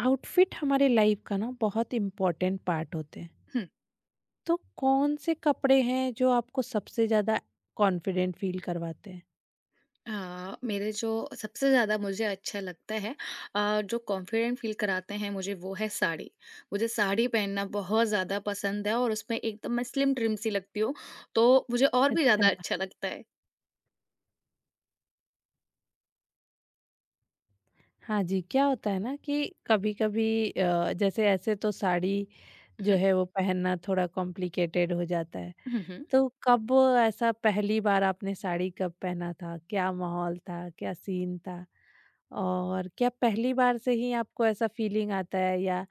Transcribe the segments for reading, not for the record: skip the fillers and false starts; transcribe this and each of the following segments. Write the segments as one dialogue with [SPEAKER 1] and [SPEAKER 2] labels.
[SPEAKER 1] Outfit हमारे life का ना बहुत इम्पोर्टेंट पार्ट होते हैं।
[SPEAKER 2] हुँ।
[SPEAKER 1] तो कौन से कपड़े हैं जो आपको सबसे ज्यादा कॉन्फिडेंट फील करवाते हैं?
[SPEAKER 2] अ, मेरे जो सबसे ज़्यादा मुझे अच्छा लगता है जो कॉन्फिडेंट फ़ील कराते हैं मुझे वो है साड़ी। मुझे साड़ी पहनना बहुत ज़्यादा पसंद है और उसमें एकदम मैं स्लिम ट्रिम सी लगती हूँ, तो मुझे और भी ज़्यादा
[SPEAKER 1] अच्छा।
[SPEAKER 2] अच्छा लगता है।
[SPEAKER 1] हाँ जी, क्या होता है ना कि कभी कभी जैसे ऐसे तो साड़ी जो
[SPEAKER 2] हुँ।
[SPEAKER 1] है वो पहनना थोड़ा कॉम्प्लिकेटेड हो जाता है।
[SPEAKER 2] हुँ, हुँ।
[SPEAKER 1] तो कब ऐसा पहली बार आपने साड़ी कब पहना था? क्या माहौल था? क्या सीन था? और क्या पहली बार से ही आपको ऐसा फीलिंग आता है या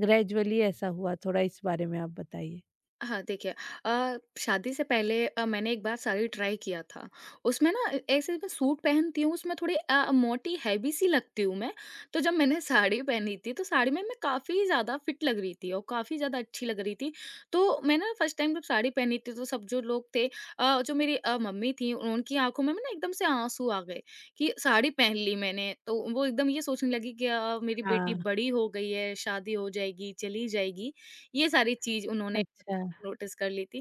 [SPEAKER 1] ग्रेजुअली ऐसा हुआ? थोड़ा इस बारे में आप बताइए।
[SPEAKER 2] हाँ, देखिए शादी से पहले मैंने एक बार साड़ी ट्राई किया था। उसमें ना ए ऐसे मैं सूट पहनती हूँ, उसमें थोड़ी मोटी हैवी सी लगती हूँ मैं। तो जब मैंने साड़ी पहनी थी, तो साड़ी में मैं काफ़ी ज़्यादा फिट लग रही थी और काफ़ी ज़्यादा अच्छी लग रही थी। तो मैं ना फर्स्ट टाइम जब साड़ी पहनी थी, तो सब जो लोग थे जो मेरी मम्मी थीं, उनकी आँखों में ना एकदम से आँसू आ गए कि साड़ी पहन ली मैंने। तो वो एकदम ये सोचने लगी कि मेरी बेटी
[SPEAKER 1] हाँ,
[SPEAKER 2] बड़ी हो गई है, शादी हो जाएगी, चली जाएगी। ये सारी चीज़ उन्होंने
[SPEAKER 1] अच्छा।
[SPEAKER 2] नोटिस कर ली थी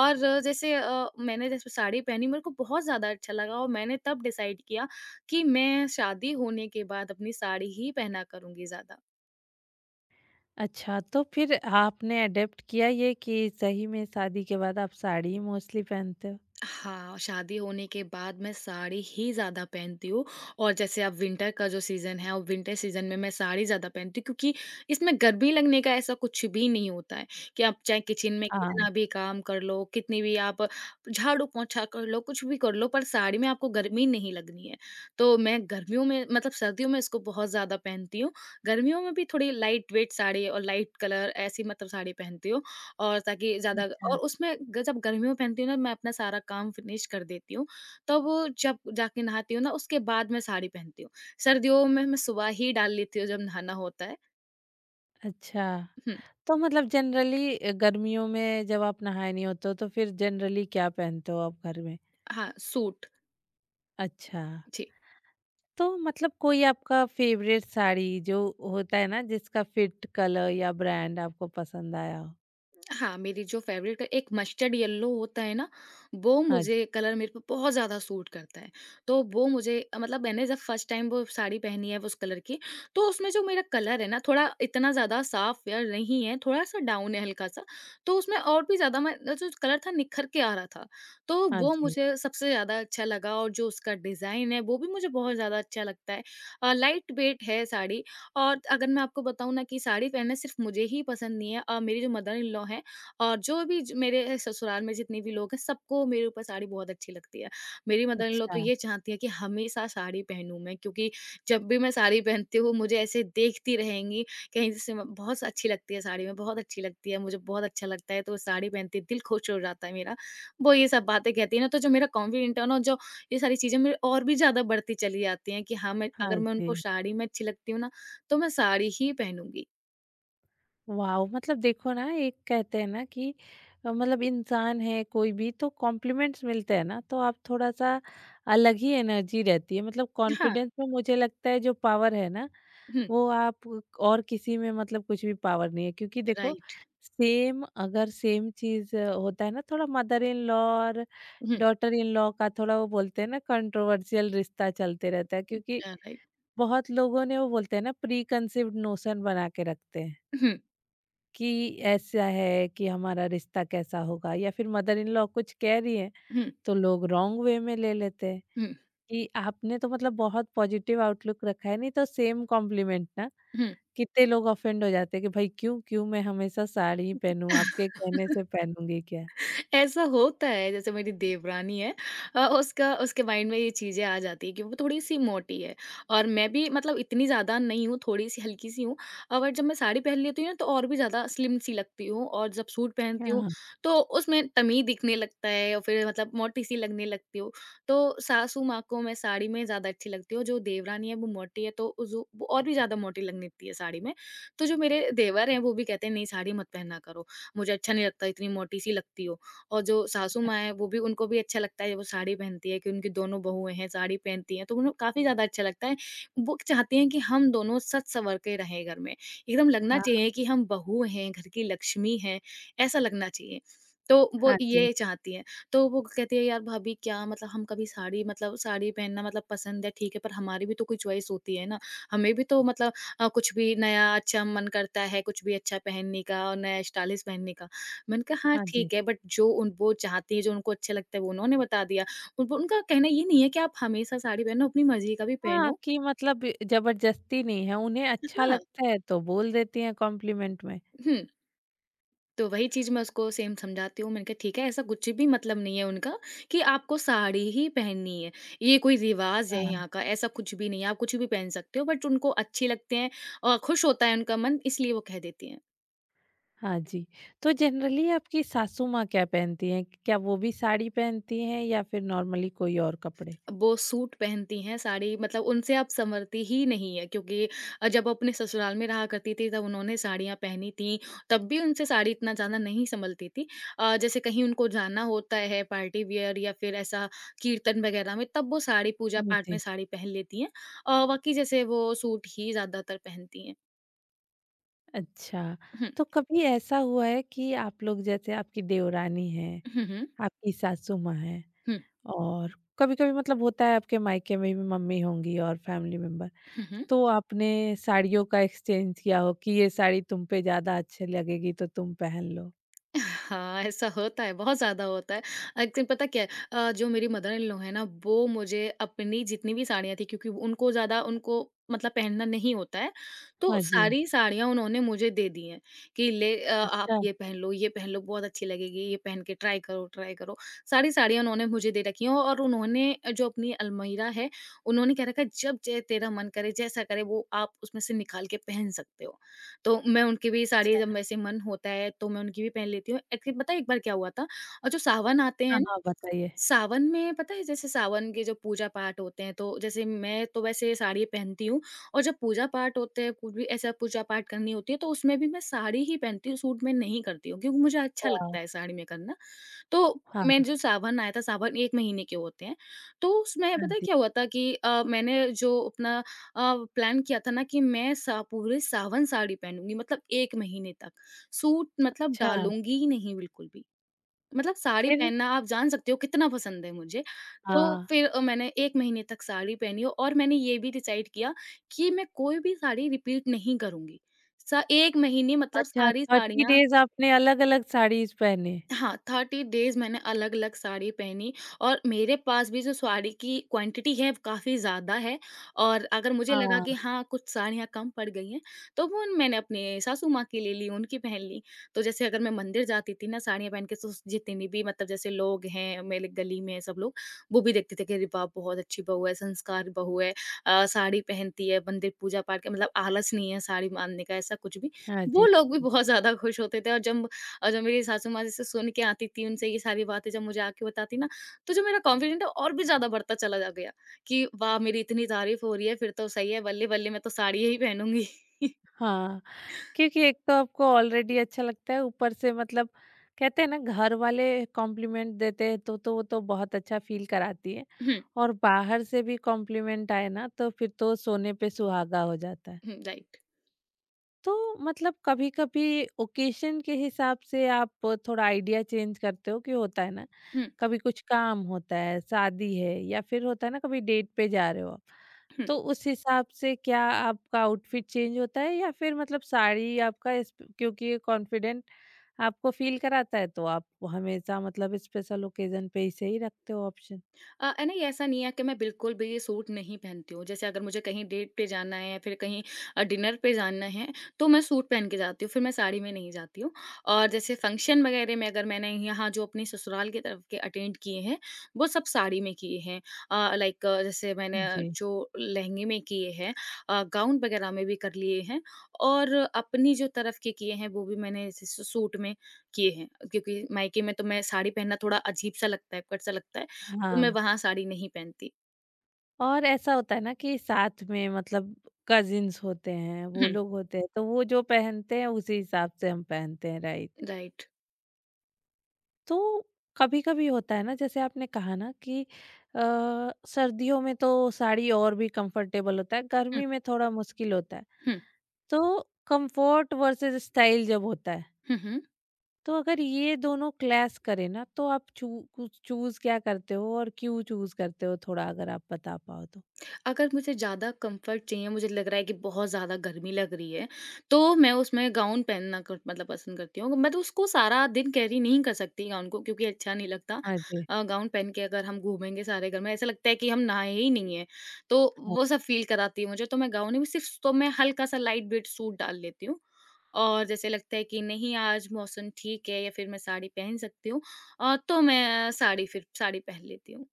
[SPEAKER 2] और जैसे मैंने जैसे साड़ी पहनी मेरे को बहुत ज़्यादा अच्छा लगा और मैंने तब डिसाइड किया कि मैं शादी होने के बाद अपनी साड़ी ही पहना करूँगी ज़्यादा।
[SPEAKER 1] अच्छा, तो फिर आपने अडैप्ट किया ये कि सही में शादी के बाद आप साड़ी ही मोस्टली पहनते हो?
[SPEAKER 2] हाँ, शादी होने के बाद मैं साड़ी ही ज़्यादा पहनती हूँ और जैसे अब विंटर का जो सीज़न है, और विंटर सीज़न में मैं साड़ी ज़्यादा पहनती हूँ क्योंकि इसमें गर्मी लगने का ऐसा कुछ भी नहीं होता है कि आप चाहे किचन में
[SPEAKER 1] हाँ,
[SPEAKER 2] कितना भी काम कर लो, कितनी भी आप झाड़ू-पोंछा कर लो, कुछ भी कर लो, पर साड़ी में आपको गर्मी नहीं लगनी है। तो मैं गर्मियों में मतलब सर्दियों में इसको बहुत ज़्यादा पहनती हूँ। गर्मियों में भी थोड़ी लाइट वेट साड़ी और लाइट कलर ऐसी मतलब साड़ी पहनती हूँ और ताकि ज़्यादा
[SPEAKER 1] अच्छा।
[SPEAKER 2] और उसमें ग जब गर्मियों में पहनती हूँ ना मैं अपना सारा काम फिनिश कर देती हूँ, तब जब जाके नहाती हूँ ना उसके बाद मैं साड़ी पहनती हूँ। सर्दियों में मैं सुबह ही डाल लेती हूँ जब नहाना होता है।
[SPEAKER 1] अच्छा,
[SPEAKER 2] हुँ,
[SPEAKER 1] तो मतलब जनरली गर्मियों में जब आप नहाए नहीं होते हो तो फिर जनरली क्या पहनते हो आप घर में?
[SPEAKER 2] हाँ सूट।
[SPEAKER 1] अच्छा।
[SPEAKER 2] जी।
[SPEAKER 1] तो मतलब कोई आपका फेवरेट साड़ी जो होता है ना जिसका फिट, कलर या ब्रांड आपको पसंद आया हो?
[SPEAKER 2] हाँ, मेरी जो फ़ेवरेट एक मस्टर्ड येलो होता है ना, वो
[SPEAKER 1] हाँ जी,
[SPEAKER 2] मुझे कलर मेरे पे बहुत ज़्यादा सूट करता है। तो वो मुझे मतलब मैंने जब फर्स्ट टाइम वो साड़ी पहनी है उस कलर की, तो उसमें जो मेरा कलर है ना, थोड़ा इतना ज़्यादा साफ या नहीं है, थोड़ा-सा डाउन है हल्का-सा। तो उसमें और भी ज़्यादा मैं जो कलर था निखर के आ रहा था। तो
[SPEAKER 1] हाँ
[SPEAKER 2] वो
[SPEAKER 1] जी।
[SPEAKER 2] मुझे सबसे ज़्यादा अच्छा लगा और जो उसका डिज़ाइन है, वो भी मुझे बहुत ज़्यादा अच्छा लगता है। लाइट वेट है साड़ी और अगर मैं आपको बताऊँ ना कि साड़ी पहनना सिर्फ़ मुझे ही पसंद नहीं है मेरी जो मदर इन लॉ हैं और जो भी ज मेरे ससुराल में जितने भी लोग हैं, सबको मेरे ऊपर साड़ी बहुत अच्छी लगती है। मेरी मदर इन लॉ
[SPEAKER 1] अच्छा,
[SPEAKER 2] तो ये चाहती है कि हमेशा साड़ी पहनूँ मैं क्योंकि जब भी मैं साड़ी पहनती हूँ, मुझे ऐसे देखती रहेंगी, कहीं से म बहुत अच्छी लगती है साड़ी में, बहुत अच्छी लगती है, मुझे बहुत अच्छा लगता है, तो वो साड़ी पहनते ही दिल खुश हो जाता है मेरा। वो ये सब बातें कहती है ना, तो जो मेरा कॉन्फिडेंट है ना, जो ये सारी चीज़ें मेरी और भी ज़्यादा बढ़ती चली जाती हैं कि हाँ, मैं
[SPEAKER 1] हाँ
[SPEAKER 2] अगर मैं उनको
[SPEAKER 1] जी।
[SPEAKER 2] साड़ी में अच्छी लगती हूँ ना, तो मैं साड़ी ही पहनूँगी।
[SPEAKER 1] वाओ! मतलब देखो ना, एक कहते हैं ना कि मतलब इंसान है कोई भी तो कॉम्प्लीमेंट्स मिलते हैं ना तो आप थोड़ा-सा अलग ही एनर्जी रहती है, मतलब
[SPEAKER 2] हाँ।
[SPEAKER 1] कॉन्फिडेंस में मुझे लगता है जो पावर है ना,
[SPEAKER 2] हुँ,
[SPEAKER 1] वो आप और किसी में मतलब कुछ भी पावर नहीं है क्योंकि देखो
[SPEAKER 2] राइट।
[SPEAKER 1] सेम अगर सेम चीज़ होता है ना, थोड़ा मदर इन लॉ और
[SPEAKER 2] हुँ,
[SPEAKER 1] डॉटर इन लॉ का, थोड़ा वो बोलते हैं ना कंट्रोवर्शियल रिश्ता चलते रहता है क्योंकि
[SPEAKER 2] राइट।
[SPEAKER 1] बहुत लोगों ने वो बोलते हैं ना, प्री कंसीव्ड नोशन बना के रखते हैं।
[SPEAKER 2] हुँ।
[SPEAKER 1] कि ऐसा है कि हमारा रिश्ता कैसा होगा या फिर मदर इन लॉ कुछ कह रही है
[SPEAKER 2] Hmm.
[SPEAKER 1] तो लोग रॉन्ग वे में ले लेते हैं
[SPEAKER 2] Hmm.
[SPEAKER 1] कि आपने तो मतलब बहुत पॉजिटिव आउटलुक रखा है, नहीं तो सेम कॉम्प्लीमेंट ना
[SPEAKER 2] Hmm.
[SPEAKER 1] कितने लोग ऑफेंड हो जाते हैं कि भाई क्यों क्यों मैं हमेशा साड़ी पहनूं, आपके कहने से पहनूंगी क्या?
[SPEAKER 2] ऐसा होता है जैसे मेरी देवरानी है अ, उसका उसके माइंड में ये चीज़ें आ जाती है कि वो थोड़ी-सी मोटी है और मैं भी मतलब इतनी ज़्यादा नहीं हूँ, थोड़ी-सी हल्की-सी हूँ बट जब मैं साड़ी पहन लेती हूँ ना तो और भी ज़्यादा स्लिम-सी लगती हूँ और जब सूट पहनती हूँ
[SPEAKER 1] हाँ।
[SPEAKER 2] तो उसमें तमी दिखने लगता है और फिर मतलब मोटी-सी लगने लगती हूँ। तो सासू माँ को मैं साड़ी में ज़्यादा अच्छी लगती हूँ, जो देवरानी है वो मोटी है तो जो वो और भी ज़्यादा मोटी लगने लगती है साड़ी में। तो जो मेरे देवर हैं वो भी कहते हैं नहीं साड़ी मत पहना करो, मुझे अच्छा नहीं लगता इतनी मोटी-सी लगती हो। और जो सासू माँ हैं वो भी उनको भी अच्छा लगता है वो साड़ी पहनती है कि उनकी दोनों बहुएँ हैं साड़ी पहनती हैं तो उन्हें काफ़ी ज़्यादा अच्छा लगता है। वो चाहती हैं कि हम दोनों सज संवर के रहें घर में। एकदम लगना
[SPEAKER 1] हाँ।
[SPEAKER 2] चाहिए कि हम बहू हैं, घर की लक्ष्मी हैं, ऐसा लगना चाहिए। तो वो
[SPEAKER 1] हाँ जी।
[SPEAKER 2] ये चाहती हैं। तो वो कहती है यार भाभी क्या मतलब हम कभी साड़ी मतलब साड़ी पहनना मतलब पसंद है ठीक है पर हमारी भी तो कोई चॉइस होती है ना। हमें भी तो मतलब कुछ भी नया अच्छा मन करता है, कुछ भी अच्छा पहनने का और नया स्टाइलिश पहनने का। मैंने कहा हाँ,
[SPEAKER 1] हाँ जी।
[SPEAKER 2] ठीक है बट जो उन वो चाहती है, जो उनको अच्छा लगता है वो उन्होंने बता दिया। उन उनका कहना ये नहीं है कि आप हमेशा साड़ी पहनो, अपनी मर्ज़ी का भी
[SPEAKER 1] हाँ
[SPEAKER 2] पहनो।
[SPEAKER 1] कि मतलब जबरदस्ती नहीं है, उन्हें अच्छा
[SPEAKER 2] हाँ,
[SPEAKER 1] लगता है तो बोल देती हैं कॉम्प्लीमेंट
[SPEAKER 2] हुँ, तो वही चीज़ मैं उसको सेम समझाती हूँ। मैंने कहा ठीक है ऐसा कुछ भी मतलब नहीं है उनका कि आपको साड़ी ही पहननी है। ये कोई रिवाज़ है
[SPEAKER 1] में।
[SPEAKER 2] यहाँ का, ऐसा कुछ भी नहीं है, आप कुछ भी पहन सकते हो बट उनको अच्छी लगते हैं और खुश होता है उनका मन इसलिए वो कह देती हैं।
[SPEAKER 1] हाँ जी। तो जनरली आपकी सासू माँ क्या पहनती हैं? क्या वो भी साड़ी पहनती हैं या फिर नॉर्मली कोई और कपड़े?
[SPEAKER 2] वो सूट पहनती हैं, साड़ी मतलब उनसे अब सँवरती ही नहीं है क्योंकि जब अपने ससुराल में रहा करती थी तब उन्होंने साड़ियाँ पहनी थीं, तब भी उनसे साड़ी इतना ज़्यादा नहीं सँभलती थी। जैसे कहीं उनको जाना होता है पार्टी वियर या फिर ऐसा कीर्तन वगैरह में तब वो साड़ी पूजा
[SPEAKER 1] हाँ
[SPEAKER 2] पाठ में
[SPEAKER 1] जी।
[SPEAKER 2] साड़ी पहन लेती हैं। बाकी जैसे वो सूट ही ज़्यादातर पहनती हैं।
[SPEAKER 1] अच्छा,
[SPEAKER 2] हुँ।
[SPEAKER 1] तो कभी ऐसा हुआ है कि आप लोग जैसे आपकी देवरानी हैं,
[SPEAKER 2] हुँ, हुँ।
[SPEAKER 1] आपकी सासू माँ हैं
[SPEAKER 2] हुँ।
[SPEAKER 1] और कभी-कभी मतलब होता है आपके मायके में भी मम्मी होंगी और फैमिली मेंबर,
[SPEAKER 2] हुँ, हुँ।
[SPEAKER 1] तो आपने साड़ियों का एक्सचेंज किया हो कि ये साड़ी तुम पे ज़्यादा अच्छी लगेगी तो तुम पहन लो?
[SPEAKER 2] हाँ, ऐसा होता है, बहुत ज़्यादा होता है। एक्चुअली पता क्या है जो मेरी मदर इन लॉ है ना, वो मुझे अपनी जितनी भी साड़ियाँ थी क्योंकि वो- उनको ज़्यादा उनको मतलब पहनना नहीं होता है, तो
[SPEAKER 1] हाँ जी।
[SPEAKER 2] सारी साड़ियाँ उन्होंने मुझे दे दी हैं कि आप
[SPEAKER 1] अच्छा,
[SPEAKER 2] ये पहन लो, बहुत अच्छी लगेगी, ये पहन के ट्राई करो। सारी साड़ियाँ उन्होंने मुझे दे रखी हैं और उन्होंने जो अपनी अलमीरा है, उन्होंने कह रखा है, "जब जै तेरा मन करे, जैसा करे वो आप उसमें से निकाल के पहन सकते हो।" तो मैं उनके भी साड़ी जब
[SPEAKER 1] अच्छा।
[SPEAKER 2] वैसे मन होता है तो मैं उनकी भी पहन लेती हूँ। एक्चुअली पता है एक बार क्या हुआ था और जो सावन आते
[SPEAKER 1] हाँ,
[SPEAKER 2] हैं ना,
[SPEAKER 1] हाँ, बताइए।
[SPEAKER 2] सावन में पता है जैसे सावन के जो पूजा-पाठ होते हैं तो जैसे मैं तो वैसे साड़ी पहनती हूँ और जब पूजा-पाठ होते हैं, कुछ भी ऐसा पूजा-पाठ करनी होती है तो उसमें भी मैं साड़ी ही पहनती हूँ, सूट में नहीं करती हूँ क्योंकि मुझे अच्छा
[SPEAKER 1] वाह!
[SPEAKER 2] लगता है साड़ी में करना। तो मैं
[SPEAKER 1] हाँ,
[SPEAKER 2] जो सावन आया था, सावन 1 महीने के होते हैं, तो उसमें
[SPEAKER 1] हाँ
[SPEAKER 2] पता है
[SPEAKER 1] जी।
[SPEAKER 2] क्या हुआ था कि अ, मैंने जो अपना अ, प्लान किया था ना कि मैं सा पूरे सावन साड़ी पहनूँगी मतलब 1 महीने तक। सूट मतलब
[SPEAKER 1] अच्छा।
[SPEAKER 2] डालूँगी ही नहीं बिल्कुल भी। मतलब साड़ी
[SPEAKER 1] फिर?
[SPEAKER 2] पहनना आप जान सकते हो कितना पसंद है मुझे। तो
[SPEAKER 1] हाँ।
[SPEAKER 2] फिर मैंने 1 महीने तक साड़ी पहनी हो, और मैंने ये भी डिसाइड किया कि मैं कोई भी साड़ी रिपीट नहीं करूँगी। सा 1 महीने मतलब
[SPEAKER 1] अच्छा,
[SPEAKER 2] सारी
[SPEAKER 1] 30
[SPEAKER 2] साड़ियाँ
[SPEAKER 1] डेज़ आपने अलग-अलग साड़ीज़ पहने।
[SPEAKER 2] हाँ, 30 डेज़ मैंने अलग-अलग साड़ी पहनी और मेरे पास भी जो साड़ी की क्वांटिटी है वो काफ़ी ज़्यादा है और अगर मुझे लगा
[SPEAKER 1] हाँ।
[SPEAKER 2] कि हाँ, कुछ साड़ियाँ कम पड़ गई हैं, तो वो मैंने अपने सासू माँ की ले ली, उनकी पहन ली। तो जैसे अगर मैं मंदिर जाती थी ना साड़ियाँ पहन के तो जितने भी मतलब जैसे लोग हैं, मेरे गली में सब लोग, वो भी देखते थे कि अरे वाह! बहुत अच्छी बहू है, संस्कार बहू है साड़ी पहनती है, मंदिर पूजा-पाठ का मतलब आलस नहीं है साड़ी बाँधने का ऐसा कुछ भी।
[SPEAKER 1] हाँ
[SPEAKER 2] वो
[SPEAKER 1] जी।
[SPEAKER 2] लोग भी बहुत ज़्यादा खुश होते थे और जो मेरी सासू माँ जैसे सुन के आती थी उनसे ये सारी बातें जब मुझे आके बताती ना, तो जो मेरा कॉन्फिडेंट है और भी ज़्यादा बढ़ता चला जा गया कि वाह! मेरी इतनी तारीफ़ हो रही है, फिर तो सही है, बल्ले-बल्ले मैं तो साड़ियाँ ही पहनूँगी।
[SPEAKER 1] हाँ, क्योंकि एक तो आपको ऑलरेडी अच्छा लगता है, ऊपर से मतलब कहते हैं ना घर वाले कॉम्प्लीमेंट देते हैं तो वो तो बहुत अच्छा फ़ील कराती है
[SPEAKER 2] हुँ,
[SPEAKER 1] और बाहर से भी कॉम्प्लीमेंट आए ना तो फिर तो सोने पे सुहागा हो जाता है।
[SPEAKER 2] हुँ, राइट।
[SPEAKER 1] तो मतलब कभी-कभी ओकेशन के हिसाब से आप थोड़ा आइडिया चेंज करते हो कि होता है ना,
[SPEAKER 2] हुँ,
[SPEAKER 1] कभी कुछ काम होता है, शादी है या फिर होता है ना कभी डेट पे जा रहे हो आप।
[SPEAKER 2] हुँ।
[SPEAKER 1] तो उस हिसाब से क्या आपका आउटफिट चेंज होता है या फिर मतलब साड़ी आपका इस क्योंकि ये कॉन्फिडेंट आपको फील कराता है तो आप हमेशा मतलब स्पेशल ओकेजन पे इसे ही सही रखते हो ऑप्शन?
[SPEAKER 2] है ना ये ऐसा नहीं है कि मैं बिल्कुल भी ये सूट नहीं पहनती हूँ। जैसे अगर मुझे कहीं डेट पे जाना है या फिर कहीं डिनर पे जाना है, तो मैं सूट पहन के जाती हूँ, फिर मैं साड़ी में नहीं जाती हूँ। और जैसे फंक्शन वगैरह में अगर मैंने यहाँ जो अपनी ससुराल की तरफ के अटेंड किए हैं, वो सब साड़ी में किए हैं। लाइक जैसे मैंने
[SPEAKER 1] हाँ जी।
[SPEAKER 2] जो लहंगे में किए हैं, गाउन वगैरह में भी कर लिए हैं और अपनी जो तरफ के किए हैं, वो भी मैंने जैसे सूट में किए हैं। क्योंकि मायके में तो मैं साड़ी पहनना थोड़ा अजीब-सा लगता है, अकड़-सा लगता है। तो
[SPEAKER 1] हाँ।
[SPEAKER 2] मैं वहाँ साड़ी नहीं पहनती।
[SPEAKER 1] और ऐसा होता है ना कि साथ में मतलब कजिन्स होते हैं, वो
[SPEAKER 2] हुँ,
[SPEAKER 1] लोग होते हैं, तो वो जो पहनते हैं उसी हिसाब से हम पहनते हैं, राइट।
[SPEAKER 2] राइट।
[SPEAKER 1] तो कभी-कभी होता है ना जैसे आपने कहा ना कि अ, सर्दियों में तो साड़ी और भी कंफर्टेबल होता है,
[SPEAKER 2] हुँ,
[SPEAKER 1] गर्मी में थोड़ा मुश्किल होता है।
[SPEAKER 2] हुँ,
[SPEAKER 1] तो कंफर्ट वर्सेस स्टाइल जब होता है,
[SPEAKER 2] हुँ, हुँ।
[SPEAKER 1] तो अगर ये दोनों क्लैश करें ना तो आप चू कुछ चूज़ क्या करते हो और क्यों चूज़ करते हो? थोड़ा अगर आप बता पाओ तो?
[SPEAKER 2] अगर मुझे ज़्यादा कम्फ़र्ट चाहिए, मुझे लग रहा है कि बहुत ज़्यादा गर्मी लग रही है, तो मैं उसमें गाउन पहनना क मतलब पसंद करती हूँ। मैं तो उसको सारा दिन कैरी नहीं कर सकती गाउन को क्योंकि अच्छा नहीं लगता।
[SPEAKER 1] हाँ जी।
[SPEAKER 2] गाउन पहन के अगर हम घूमेंगे सारे घर में, ऐसा लगता है कि हम नहाए ही नहीं हैं। तो
[SPEAKER 1] हाँ।
[SPEAKER 2] वो सब फ़ील कराती है मुझे, तो मैं गाउन ही में सिर्फ़ तो मैं हल्का-सा लाइट वेट सूट डाल लेती हूँ। और जैसे लगता है कि नहीं आज मौसम ठीक है या फिर मैं साड़ी पहन सकती हूँ, तो मैं साड़ी फिर साड़ी पहन लेती हूँ।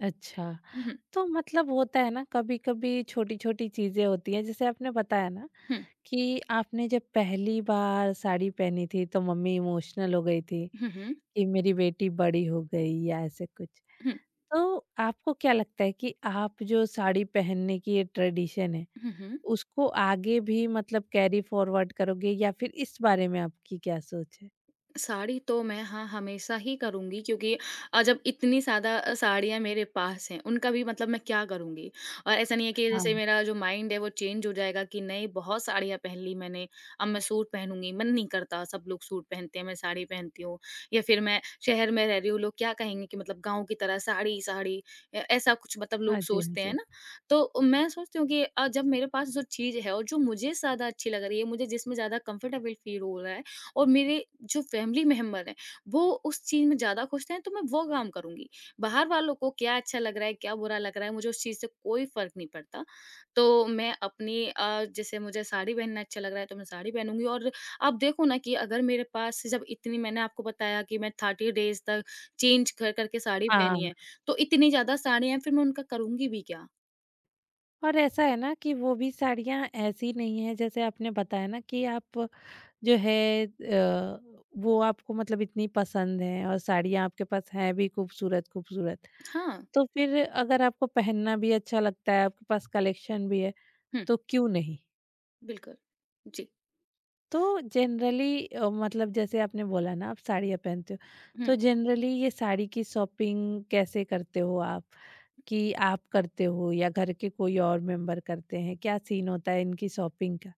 [SPEAKER 1] अच्छा।
[SPEAKER 2] हुँ, हुँ,
[SPEAKER 1] तो मतलब होता है ना कभी-कभी छोटी-छोटी चीज़ें होती हैं जैसे आपने बताया ना
[SPEAKER 2] हुँ,
[SPEAKER 1] कि आपने जब पहली बार साड़ी पहनी थी तो मम्मी इमोशनल हो गई थी
[SPEAKER 2] हुँ, हुँ,
[SPEAKER 1] कि मेरी बेटी बड़ी हो गई या ऐसे कुछ।
[SPEAKER 2] हुँ,
[SPEAKER 1] तो आपको क्या लगता है कि आप जो साड़ी पहनने की ये ट्रेडिशन है
[SPEAKER 2] हुँ, हुँ।
[SPEAKER 1] उसको आगे भी मतलब कैरी फॉरवर्ड करोगे या फिर इस बारे में आपकी क्या सोच है?
[SPEAKER 2] साड़ी तो मैं हाँ, हमेशा ही करूँगी क्योंकि जब इतनी ज़्यादा साड़ियाँ मेरे पास हैं, उनका भी मतलब मैं क्या करूँगी? और ऐसा नहीं है कि
[SPEAKER 1] हाँ,
[SPEAKER 2] जैसे मेरा जो माइंड है वो चेंज हो जाएगा कि नहीं बहुत साड़ियाँ पहन ली मैंने, अब मैं सूट पहनूँगी। मन नहीं करता, सब लोग सूट पहनते हैं, मैं साड़ी पहनती हूँ या फिर मैं शहर में रह रही हूँ, लोग क्या कहेंगे कि मतलब गाँव की तरह साड़ी, साड़ी, ऐसा कुछ मतलब
[SPEAKER 1] हाँ
[SPEAKER 2] लोग
[SPEAKER 1] जी, हाँ
[SPEAKER 2] सोचते हैं
[SPEAKER 1] जी।
[SPEAKER 2] ना। तो मैं सोचती हूँ कि जब मेरे पास जो चीज़ है और जो मुझे ज़्यादा अच्छी लग रही है, मुझे जिसमें ज़्यादा कंफर्टेबल फ़ील हो रहा है और मेरे जो फैमिली मेंबर हैं, वो उस चीज़ में ज़्यादा खुश हैं, तो मैं वो काम करूँगी। बाहर वालों को क्या अच्छा लग रहा है, क्या बुरा लग रहा है, मुझे उस चीज़ से कोई फ़र्क नहीं पड़ता। तो मैं अपनी जैसे मुझे साड़ी पहनना अच्छा लग रहा है, तो मैं साड़ी पहनूँगी और आप देखो ना कि अगर मेरे पास जब इतनी मैंने आपको बताया कि मैं 30 डेज़ तक चेंज कर कर के साड़ी
[SPEAKER 1] हाँ,
[SPEAKER 2] पहनी है, तो इतनी ज़्यादा साड़ियाँ हैं, फिर मैं उनका करूँगी भी क्या?
[SPEAKER 1] और ऐसा है ना कि वो भी साड़ियाँ ऐसी नहीं है जैसे आपने बताया ना कि आप जो है वो आपको मतलब इतनी पसंद है और साड़ियाँ आपके पास हैं भी खूबसूरत खूबसूरत
[SPEAKER 2] हाँ।
[SPEAKER 1] तो फिर अगर आपको पहनना भी अच्छा लगता है, आपके पास कलेक्शन भी है
[SPEAKER 2] हुँ,
[SPEAKER 1] तो क्यों नहीं।
[SPEAKER 2] बिल्कुल। जी।
[SPEAKER 1] तो जनरली मतलब जैसे आपने बोला ना आप साड़ियाँ पहनते हो
[SPEAKER 2] हुँ।
[SPEAKER 1] तो जनरली ये साड़ी की शॉपिंग कैसे करते हो आप कि आप करते हो या घर के कोई और मेंबर करते हैं, क्या सीन होता है इनकी शॉपिंग का?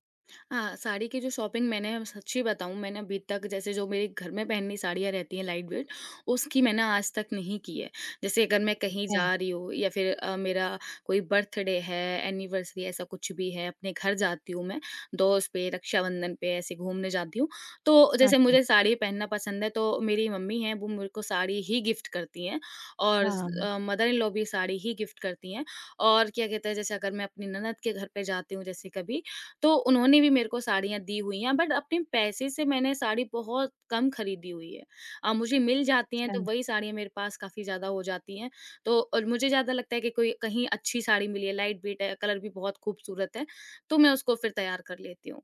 [SPEAKER 2] हाँ, साड़ी की जो शॉपिंग मैंने अब सच्ची बताऊँ मैंने अभी तक जैसे जो मेरे घर में पहननी साड़ियाँ रहती हैं लाइट वेट, उसकी मैंने आज तक नहीं की है। जैसे अगर मैं कहीं
[SPEAKER 1] अच्छा।
[SPEAKER 2] जा रही हूँ या फिर मेरा कोई बर्थडे है, एनिवर्सरी ऐसा कुछ भी है, अपने घर जाती हूँ मैं, दोस्त पे, रक्षाबंधन पे ऐसे घूमने जाती हूँ, तो
[SPEAKER 1] हाँ
[SPEAKER 2] जैसे
[SPEAKER 1] जी।
[SPEAKER 2] मुझे साड़ी पहनना पसंद है तो मेरी मम्मी हैं वो मेरे को साड़ी ही गिफ्ट करती हैं और
[SPEAKER 1] हाँ।
[SPEAKER 2] मदर इन लॉ भी साड़ी ही गिफ्ट करती हैं और क्या कहते हैं जैसे अगर मैं अपनी ननद के घर पे जाती हूँ जैसे कभी तो उन्होंने भी मेरे को साड़ियाँ दी हुई हैं बट अपने पैसे से मैंने साड़ी बहुत कम खरीदी हुई है। मुझे मिल जाती हैं तो वही साड़ियाँ मेरे पास काफ़ी ज़्यादा हो जाती हैं। तो और मुझे ज़्यादा लगता है कि कोई कहीं अच्छी साड़ी मिली है, लाइट वेट है, कलर भी बहुत खूबसूरत है, तो मैं उसको फिर तैयार कर लेती हूँ।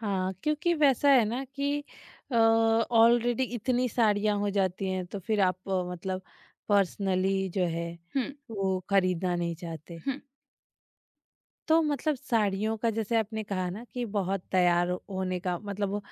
[SPEAKER 1] हाँ, क्योंकि वैसा है ना कि ऑलरेडी इतनी साड़ियाँ हो जाती हैं तो फिर आप मतलब पर्सनली जो है
[SPEAKER 2] हुँ,
[SPEAKER 1] वो खरीदना नहीं चाहते।
[SPEAKER 2] हुँ,
[SPEAKER 1] तो मतलब साड़ियों का जैसे आपने कहा ना कि बहुत तैयार होने का मतलब वो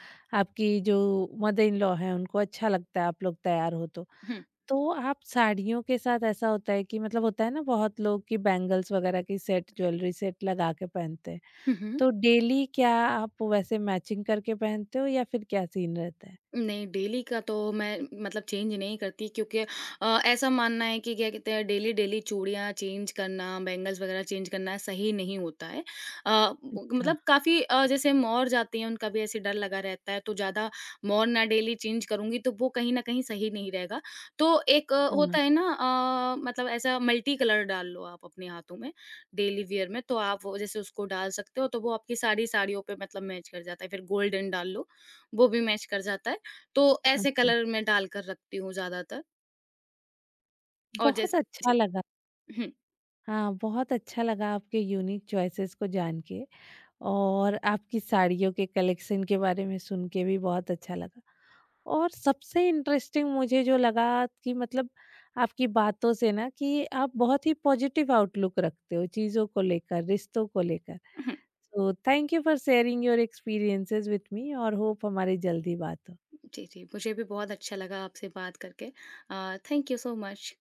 [SPEAKER 1] आपकी जो मदर इन लॉ हैं उनको अच्छा लगता है आप लोग तैयार हो तो।
[SPEAKER 2] हुँ।
[SPEAKER 1] तो आप साड़ियों के साथ ऐसा होता है कि मतलब होता है ना बहुत लोग कि बैंगल्स वगैरह की सेट ज्वेलरी सेट लगा के पहनते हैं।
[SPEAKER 2] हुँ, हुँ।
[SPEAKER 1] तो डेली क्या आप वैसे मैचिंग करके पहनते हो या फिर क्या सीन रहता है?
[SPEAKER 2] नहीं, डेली का तो मैं मतलब चेंज नहीं करती क्योंकि ऐसा मानना है कि क्या कहते हैं डेली-डेली चूड़ियाँ चेंज करना, बैंगल्स वगैरह चेंज करना सही नहीं होता है। अ, ब
[SPEAKER 1] अच्छा,
[SPEAKER 2] मतलब काफ़ी जैसे मोर जाती हैं उनका भी ऐसे डर लगा रहता है तो ज़्यादा मोर ना डेली चेंज करूँगी तो वो कहीं न कहीं सही नहीं रहेगा। तो एक
[SPEAKER 1] हाँ,
[SPEAKER 2] होता है ना, मतलब ऐसा मल्टी कलर डाल लो आप अपने हाथों में, डेली वियर में तो आप वो जैसे उसको डाल सकते हो तो वो आपकी सारी साड़ियों पे मतलब मैच कर जाता है। फिर गोल्डन डाल लो, वो भी मैच कर जाता है। तो
[SPEAKER 1] हाँ
[SPEAKER 2] ऐसे
[SPEAKER 1] जी।
[SPEAKER 2] कलर मैं डाल कर रखती हूँ ज़्यादातर और जैसे
[SPEAKER 1] बहुत अच्छा
[SPEAKER 2] जी,
[SPEAKER 1] लगा।
[SPEAKER 2] हुँ,
[SPEAKER 1] हाँ, बहुत अच्छा लगा आपके यूनिक चॉइसेस को जान के और आपकी साड़ियों के कलेक्शन के बारे में सुन के भी बहुत अच्छा लगा। और सबसे इंटरेस्टिंग मुझे जो लगा कि मतलब आपकी बातों से ना कि आप बहुत ही पॉजिटिव आउटलुक रखते हो चीज़ों को लेकर, रिश्तों को लेकर।
[SPEAKER 2] हुँ।
[SPEAKER 1] So thank you for sharing your experiences with me, और होप हमारी जल्दी बात हो।
[SPEAKER 2] जी, जी, मुझे भी बहुत अच्छा लगा आपसे बात करके, थैंक यू सो मच।